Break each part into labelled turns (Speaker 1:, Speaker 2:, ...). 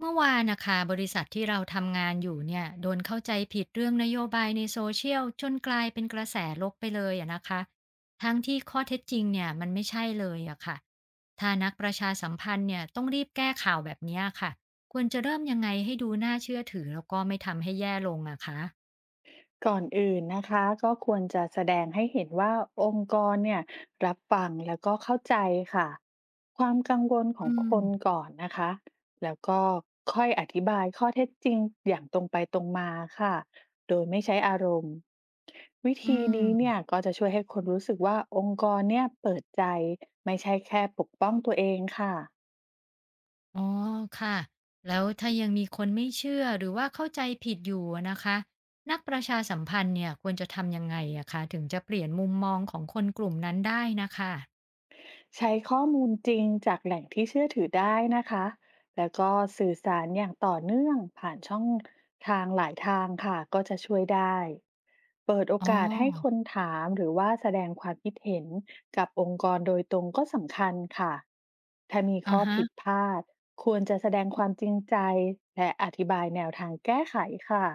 Speaker 1: เมื่อวานนะคะบริษัทที่เราทำงานอยู่เนี่ยโดนเข้าใจผิดเรื่องนโยบายในโซเชียลจนกลายเป็นกระแสลบไปเลยอะนะคะทั้งที่ข้อเท็จจริงเนี่ยมันไม่ใช่เลยอะค่ะถ้านักประชาสัมพันธ์เนี่ยต้องรีบแก้ข่าวแบบเนี้ยค่ะควรจะเริ่มยังไงให้ดูน่าเชื่อถือแล้วก็ไม่ทำให้แย่ลงอะคะ
Speaker 2: ก่อนอื่นนะคะก็ควรจะแสดงให้เห็นว่าองค์กรเนี่ยรับฟังแล้วก็เข้าใจค่ะความกังวลขอ
Speaker 1: อื
Speaker 2: งคน
Speaker 1: ม
Speaker 2: ก่อนนะคะแล้วก็ค่อยอธิบายข้อเท็จจริงอย่างตรงไปตรงมาค่ะโดยไม่ใช้อารมณ์วิ
Speaker 1: อื
Speaker 2: ธีนี้เนี่
Speaker 1: ม
Speaker 2: ยก็จะช่วยให้คนรู้สึกว่าองค์กรเนี่ยเปิดใจไม่ใช่แค่ปกป้องตัวเองค่ะ
Speaker 1: อ๋อค่ะแล้วถ้ายังมีคนไม่เชื่อหรือว่าเข้าใจผิดอยู่อะนะคะนักประชาสัมพันธ์เนี่ยควรจะทำยังไงอะคะถึงจะเปลี่ยนมุมมองของคนกลุ่มนั้นได้นะคะ
Speaker 2: ใช้ข้อมูลจริงจากแหล่งที่เชื่อถือได้นะคะแล้วก็สื่อสารอย่างต่อเนื่องผ่านช่องทางหลายทางค่ะก็จะช่วยได้ เปิดโอ
Speaker 1: อ๋
Speaker 2: กาสให้ค
Speaker 1: อ
Speaker 2: นถามหรือว่าแสดงความคิดเห็นกับองค์กรโดยตรงก็สำคัญค่ะถ้ามี
Speaker 1: อะ
Speaker 2: ข้อ
Speaker 1: ฮะ
Speaker 2: ผิดพลาดควรจะแสดงความจริงใจและอธิบายแนวทางแก้ไขค่ะ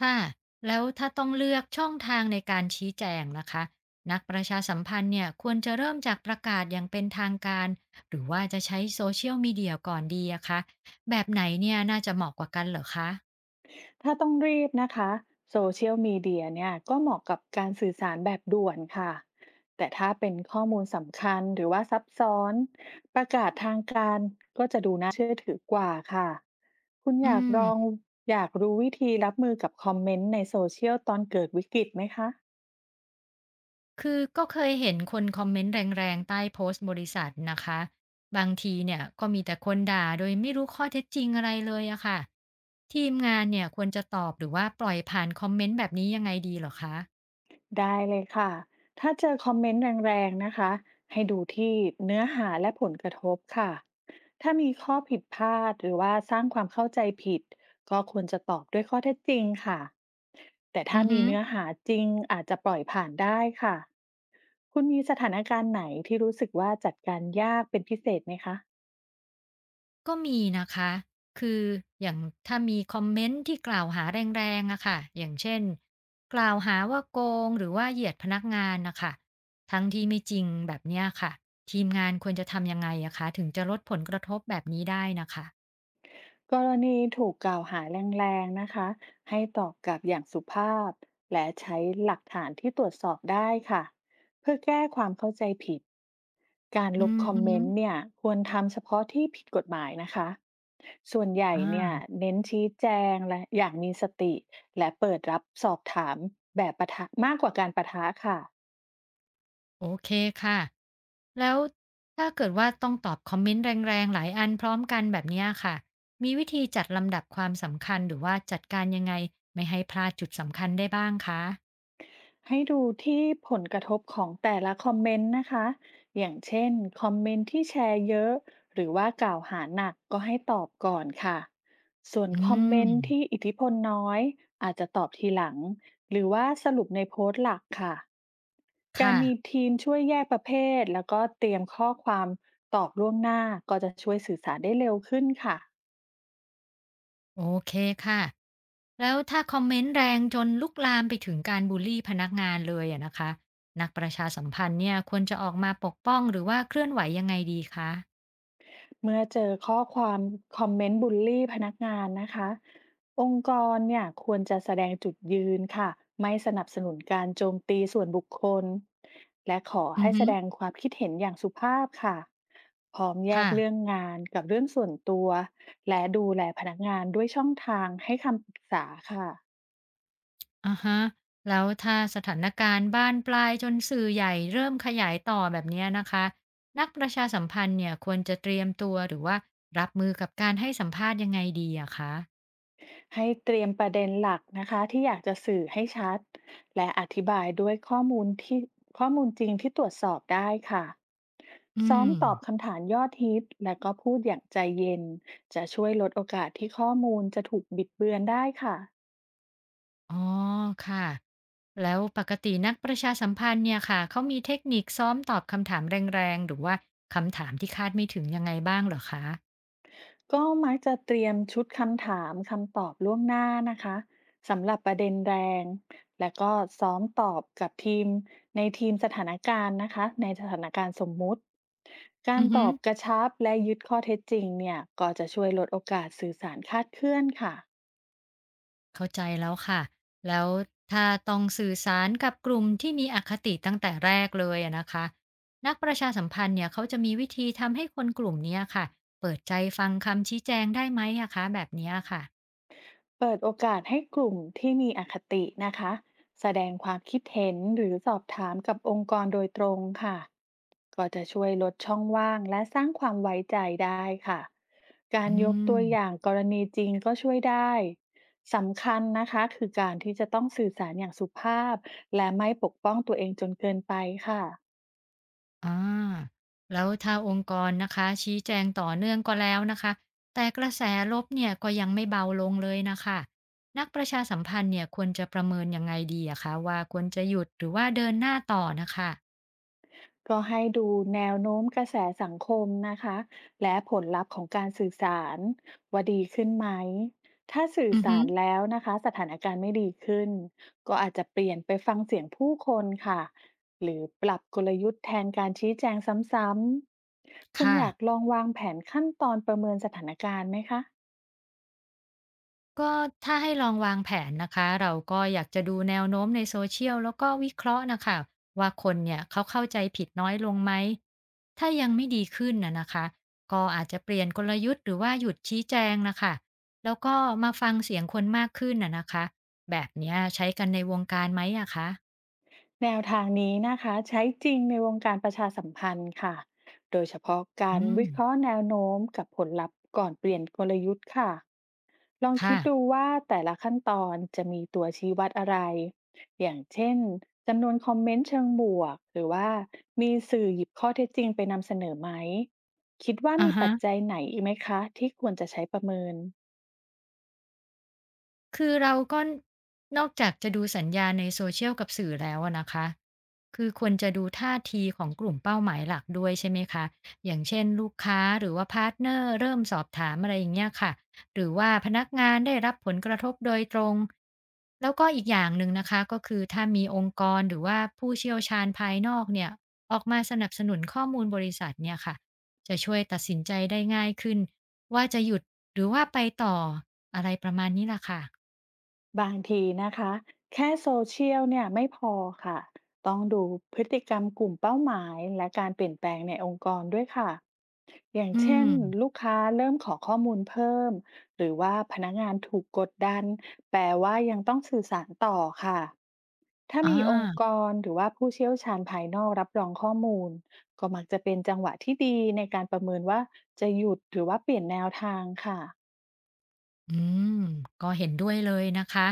Speaker 1: ค่ะแล้วถ้าต้องเลือกช่องทางในการชี้แจงนะคะนักประชาสัมพันธ์เนี่ยควรจะเริ่มจากประกาศอย่างเป็นทางการหรือว่าจะใช้ Social Media ก่อนดีอะคะแบบไหนเนี่ยน่าจะเหมาะกว่ากันเหรอคะ
Speaker 2: ถ้าต้องรีบนะคะโซเชียลมีเดียเนี่ยก็เหมาะกับการสื่อสารแบบด่วนค่ะแต่ถ้าเป็นข้อมูลสำคัญหรือว่าซับซ้อนประกาศทางการก็จะดูน่าเชื่อถือกว่าค่ะคุณ
Speaker 1: อื
Speaker 2: อยาก
Speaker 1: ม
Speaker 2: ลองอยากรู้วิธีรับมือกับคอมเมนต์ในโซเชียลตอนเกิดวิกฤตไหมคะ
Speaker 1: คือก็เคยเห็นคนคอมเมนต์แรงๆใต้โพสต์บริษัทนะคะบางทีเนี่ยก็มีแต่คนด่าโดยไม่รู้ข้อเท็จจริงอะไรเลยอะค่ะทีมงานเนี่ยควรจะตอบหรือว่าปล่อยผ่านคอมเมนต์แบบนี้ยังไงดีเหรอคะ
Speaker 2: ได้เลยค่ะ ถ้าเจอคอมเมนต์แรงๆนะคะ ให้ดูที่เนื้อหาและผลกระทบค่ะ ถ้ามีข้อผิดพลาดหรือว่าสร้างความเข้าใจผิด ก็ควรจะตอบด้วยข้อเท็จจริงค่ะ แต่
Speaker 1: อื
Speaker 2: ถ้า
Speaker 1: อ
Speaker 2: มี
Speaker 1: ฮึ
Speaker 2: เนื้อหาจริงอาจจะปล่อยผ่านได้ค่ะ คุณมีสถานการณ์ไหนที่รู้สึกว่าจัดการยากเป็นพิเศษไหมคะ
Speaker 1: ก็มีนะคะคืออย่างถ้ามีคอมเมนต์ที่กล่าวหาแรงๆอะค่ะอย่างเช่นกล่าวหาว่าโกงหรือว่าเหยียดพนักงานนะคะทั้งที่ไม่จริงแบบเนี้ยค่ะทีมงานควรจะทำยังไงอะคะถึงจะลดผลกระทบแบบนี้ได้นะคะ
Speaker 2: กรณีถูกกล่าวหาแรงๆนะคะให้ตอบกลับอย่างสุภาพและใช้หลักฐานที่ตรวจสอบได้ค่ะเพื่อแก้ความเข้าใจผิดการ
Speaker 1: อื
Speaker 2: ลบ
Speaker 1: อ
Speaker 2: คอม
Speaker 1: ฮึ
Speaker 2: เมนต์เนี่ยควรทำเฉพาะที่ผิดกฎหมายนะคะส่วนใหญ่เนี่ย
Speaker 1: อา
Speaker 2: เน้นชี้แจงและอย่างมีสติและเปิดรับสอบถามแบบปะทะมากกว่าการปะทะค่ะ
Speaker 1: โอเคค่ะ แล้วถ้าเกิดว่าต้องตอบคอมเมนต์แรงๆหลายอันพร้อมกันแบบเนี้ยค่ะ มีวิธีจัดลำดับความสำคัญหรือว่าจัดการยังไงไม่ให้พลาดจุดสำคัญได้บ้างคะ
Speaker 2: ให้ดูที่ผลกระทบของแต่ละคอมเมนต์นะคะอย่างเช่นคอมเมนต์ที่แชร์เยอะหรือว่ากล่าวหาหนักก็ให้ตอบก่อนค่ะ ส่วน
Speaker 1: อื
Speaker 2: คอมเม
Speaker 1: ม
Speaker 2: นต์ที่อิทธิพลน้อย อาจจะตอบทีหลัง หรือว่าสรุปในโพสต์หลักค่ะการ
Speaker 1: ค่ะ
Speaker 2: มีทีมช่วยแยกประเภทแล้วก็เตรียมข้อความตอบล่วงหน้าก็จะช่วยสื่อสารได้เร็วขึ้นค่ะ
Speaker 1: โอเคค่ะ แล้วถ้าคอมเมนต์แรงจนลุกลามไปถึงการบุลลีพนักงานเลยอะนะคะนักประชาสัมพันธ์เนี่ยควรจะออกมาปกป้องหรือว่าเคลื่อนไหวยังไงดีคะ
Speaker 2: เมื่อเจอข้อความคอมเมนต์บูลลีพนักงานนะคะองค์กรเนี่ยควรจะแสดงจุดยืนค่ะไม่สนับสนุนการโจมตีส่วนบุคคลและขอ
Speaker 1: อือ
Speaker 2: ให้
Speaker 1: ฮึ
Speaker 2: แสดงความคิดเห็นอย่างสุภาพค่ะพร้อมแยก
Speaker 1: ค่ะ
Speaker 2: เรื่องงานกับเรื่องส่วนตัวและดูแลพนักงานด้วยช่องทางให้คำปรึกษาค่ะ
Speaker 1: อะฮะแล้วถ้าสถานการณ์บานปลายจนสื่อใหญ่เริ่มขยายต่อแบบเนี้ยนะคะนักประชาสัมพันธ์เนี่ยควรจะเตรียมตัวหรือว่ารับมือกับการให้สัมภาษณ์ยังไงดีอะคะ
Speaker 2: ให้เตรียมประเด็นหลักนะคะที่อยากจะสื่อให้ชัดและอธิบายด้วยข้อมูลจริงที่ตรวจสอบได้ค่ะ
Speaker 1: อื
Speaker 2: ซ้อม
Speaker 1: ม
Speaker 2: ตอบคำถามยอดฮิตและก็พูดอย่างใจเย็นจะช่วยลดโอกาสที่ข้อมูลจะถูกบิดเบือนได้ค่ะ
Speaker 1: อ๋อค่ะแล้วปกตินักประชาสัมพันธ์เนี่ยค่ะเขามีเทคนิคซ้อมตอบคำถามแรงๆหรือว่าบ้างเหรอคะ
Speaker 2: ก็มักจะเตรียมชุดคำถามคำตอบล่วงหน้านะคะสำหรับประเด็นแรงและก็ซ้อมตอบกับทีมในทีมสถานการณ์นะคะในสถานการณ์สมมุติการ
Speaker 1: อือ
Speaker 2: ต
Speaker 1: ฮึ
Speaker 2: อบกระชับและยึดข้อเท็จจริงเนี่ยก็จะช่วยลดโอกาสสื่อสารคลาดเคลื่อนค่ะ
Speaker 1: เข้าใจแล้วค่ะ แล้วถ้าต้องสื่อสารกับกลุ่มที่มีอคติตั้งแต่แรกเลยอะนะคะนักประชาสัมพันธ์เนี่ยเขาจะมีวิธีทำให้คนกลุ่มเนี้ยค่ะเปิดใจฟังคำชี้แจงได้ไหมอะคะแบบเนี้ยค่ะ
Speaker 2: เปิดโอกาสให้กลุ่มที่มีอคตินะคะแสดงความคิดเห็นหรือสอบถามกับองค์กรโดยตรงค่ะก็จะช่วยลดช่องว่างและสร้างความไว้ใจได้ค่ะการ
Speaker 1: อื
Speaker 2: ยกตัวอย่า
Speaker 1: ม
Speaker 2: งกรณีจริงก็ช่วยได้สำคัญนะคะคือการที่จะต้องสื่อสารอย่างสุภาพและไม่ปกป้องตัวเองจนเกินไปค่ะ
Speaker 1: อ่าแล้วถ้าองค์กรนะคะชี้แจงต่อเนื่องก็แล้วนะคะแต่กระแสลบเนี่ยก็ยังไม่เบาลงเลยนะคะนักประชาสัมพันธ์เนี่ยควรจะประเมินยังไงดีอะคะว่าควรจะหยุดหรือว่าเดินหน้าต่อนะคะ
Speaker 2: ก็ให้ดูแนวโน้มกระแสสังคมนะคะและผลลัพธ์ของการสื่อสารว่าดีขึ้นไหมถ้าสื่อ
Speaker 1: อือฮึ
Speaker 2: สารแล้วนะคะสถานการณ์ไม่ดีขึ้นก็อาจจะเปลี่ยนไปฟังเสียงผู้คนค่ะหรือปรับกลยุทธ์แทนการชี้แจงซ้ำๆคุณ
Speaker 1: ค่ะ
Speaker 2: อยากลองวางแผนขั้นตอนประเมินสถานการณ์ไหมคะ
Speaker 1: ก็ถ้าให้ลองวางแผนนะคะเราก็อยากจะดูแนวโน้มในโซเชียลแล้วก็วิเคราะห์นะคะว่าคนเนี่ยเขาเข้าใจผิดน้อยลงไหมถ้ายังไม่ดีขึ้นนะนะคะก็อาจจะเปลี่ยนกลยุทธ์หรือว่าหยุดชี้แจงนะคะแล้วก็มาฟังเสียงคนมากขึ้นนะนะคะแบบเนี้ยใช้กันในวงการไหมอะคะ
Speaker 2: แนวทางนี้นะคะใช้จริงในวงการประชาสัมพันธ์ค่ะ โดยเฉพาะกา
Speaker 1: อื
Speaker 2: ร
Speaker 1: ม
Speaker 2: วิเคราะห์แนวโน้มกับผลลัพธ์ก่อนเปลี่ยนกลยุทธ์ค่ะ ลองคิ
Speaker 1: ค่ะ
Speaker 2: ดดูว่าแต่ละขั้นตอนจะมีตัวชี้วัดอะไร อย่างเช่นจำนวนคอมเมนต์เชิงบวกหรือว่ามีสื่อหยิบข้อเท็จจริงไปนำเสนอไหม คิดว่า
Speaker 1: อะ
Speaker 2: มี
Speaker 1: ฮะ
Speaker 2: ปัจจัยไหนอีกไหมคะที่ควรจะใช้ประเมิน
Speaker 1: คือเราก็นอกจากจะดูสัญญาณใน Social กับสื่อแล้วอะนะคะ คือควรจะดูท่าทีของกลุ่มเป้าหมายหลักด้วยใช่ไหมคะ อย่างเช่นลูกค้าหรือว่าพาร์ทเนอร์เริ่มสอบถามอะไรอย่างเงี้ยค่ะ หรือว่าพนักงานได้รับผลกระทบโดยตรง แล้วก็อีกอย่างหนึ่งนะคะก็คือถ้ามีองค์กรหรือว่าผู้เชี่ยวชาญภายนอกเนี่ยออกมาสนับสนุนข้อมูลบริษัทเนี่ยค่ะจะช่วยตัดสินใจได้ง่ายขึ้นว่าจะหยุดหรือว่าไปต่ออะไรประมาณนี้ล่ะค่ะ
Speaker 2: บางทีนะคะแค่โซเชียลเนี่ยไม่พอค่ะต้องดูพฤติกรรมกลุ่มเป้าหมายและการเปลี่ยนแปลงในองค์กรด้วยค่ะอย่าง
Speaker 1: อื
Speaker 2: เช่
Speaker 1: ม
Speaker 2: นลูกค้าเริ่มขอข้อมูลเพิ่มหรือว่าพนักงานถูกกดดันแปลว่ายังต้องสื่อสารต่อค่ะถ้า
Speaker 1: อ่
Speaker 2: มีองค์ก
Speaker 1: า
Speaker 2: รหรือว่าผู้เชี่ยวชาญภายนอกรับรองข้อมูลก็มักจะเป็นจังหวะที่ดีในการประเมินว่าจะหยุดหรือว่าเปลี่ยนแนวทางค่ะ
Speaker 1: อืมก็เห็นด้วยเลยนะคะ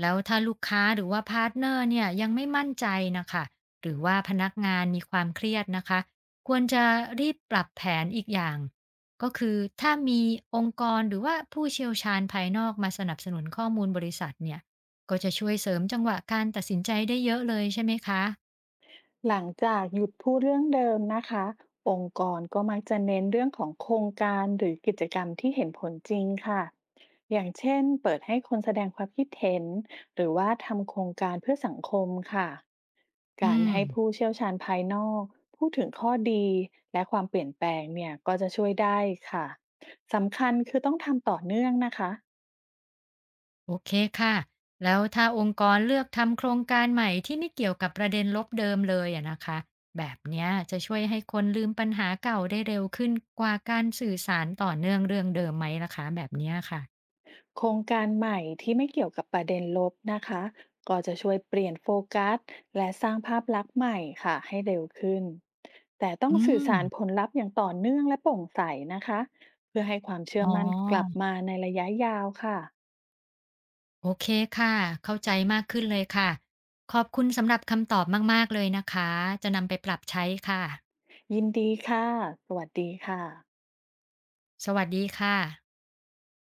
Speaker 1: แล้วถ้าลูกค้าหรือว่าพาร์ทเนอร์เนี่ยยังไม่มั่นใจนะคะ หรือว่าพนักงานมีความเครียดนะคะ ควรจะรีบปรับแผนอีกอย่าง ก็คือถ้ามีองค์กรหรือว่าผู้เชี่ยวชาญภายนอกมาสนับสนุนข้อมูลบริษัทเนี่ยก็จะช่วยเสริมจังหวะการตัดสินใจได้เยอะเลยใช่ไหมคะ
Speaker 2: หลังจากหยุดพูดเรื่องเดิมนะคะองค์กรก็มักจะเน้นเรื่องของโครงการหรือกิจกรรมที่เห็นผลจริงค่ะอย่างเช่นเปิดให้คนแสดงความคิดเห็นหรือว่าทำโครงการเพื่อสังคมค่ะ
Speaker 1: อื
Speaker 2: การ
Speaker 1: ม
Speaker 2: ให้ผู้เชี่ยวชาญภายนอกพูดถึงข้อดีและความเปลี่ยนแปลงเนี่ยก็จะช่วยได้ค่ะสำคัญคือต้องทำต่อเนื่องนะคะ
Speaker 1: โอเคค่ะ แล้วถ้าองค์กรเลือกทำโครงการใหม่ที่ไม่เกี่ยวกับประเด็นลบเดิมเลยอะนะคะ แบบเนี้ยจะช่วยให้คนลืมปัญหาเก่าได้เร็วขึ้นกว่าการสื่อสารต่อเนื่องเรื่องเดิมไหมล่ะคะแบบเนี้ยค่ะ
Speaker 2: โครงการใหม่ที่ไม่เกี่ยวกับประเด็นลบนะคะก็จะช่วยเปลี่ยนโฟกัสและสร้างภาพลักษณ์ใหม่ค่ะให้เร็วขึ้นแต่ต้อง
Speaker 1: อื
Speaker 2: สื่อ
Speaker 1: ม
Speaker 2: สารผลลัพธ์อย่างต่อเนื่องและโปร่งใสนะคะเพื่อให้ความเชื่
Speaker 1: อ๋
Speaker 2: อ
Speaker 1: อ
Speaker 2: มั่นกลับมาในระยะยาวค่ะ
Speaker 1: โอเคค่ะ เข้าใจมากขึ้นเลยค่ะ ขอบคุณสำหรับคำตอบมากๆเลยนะคะ จะนำไปปรับใช้ค่ะ
Speaker 2: ยินดีค่ะสวัสดีค่ะ
Speaker 1: สวัสดีค่ะ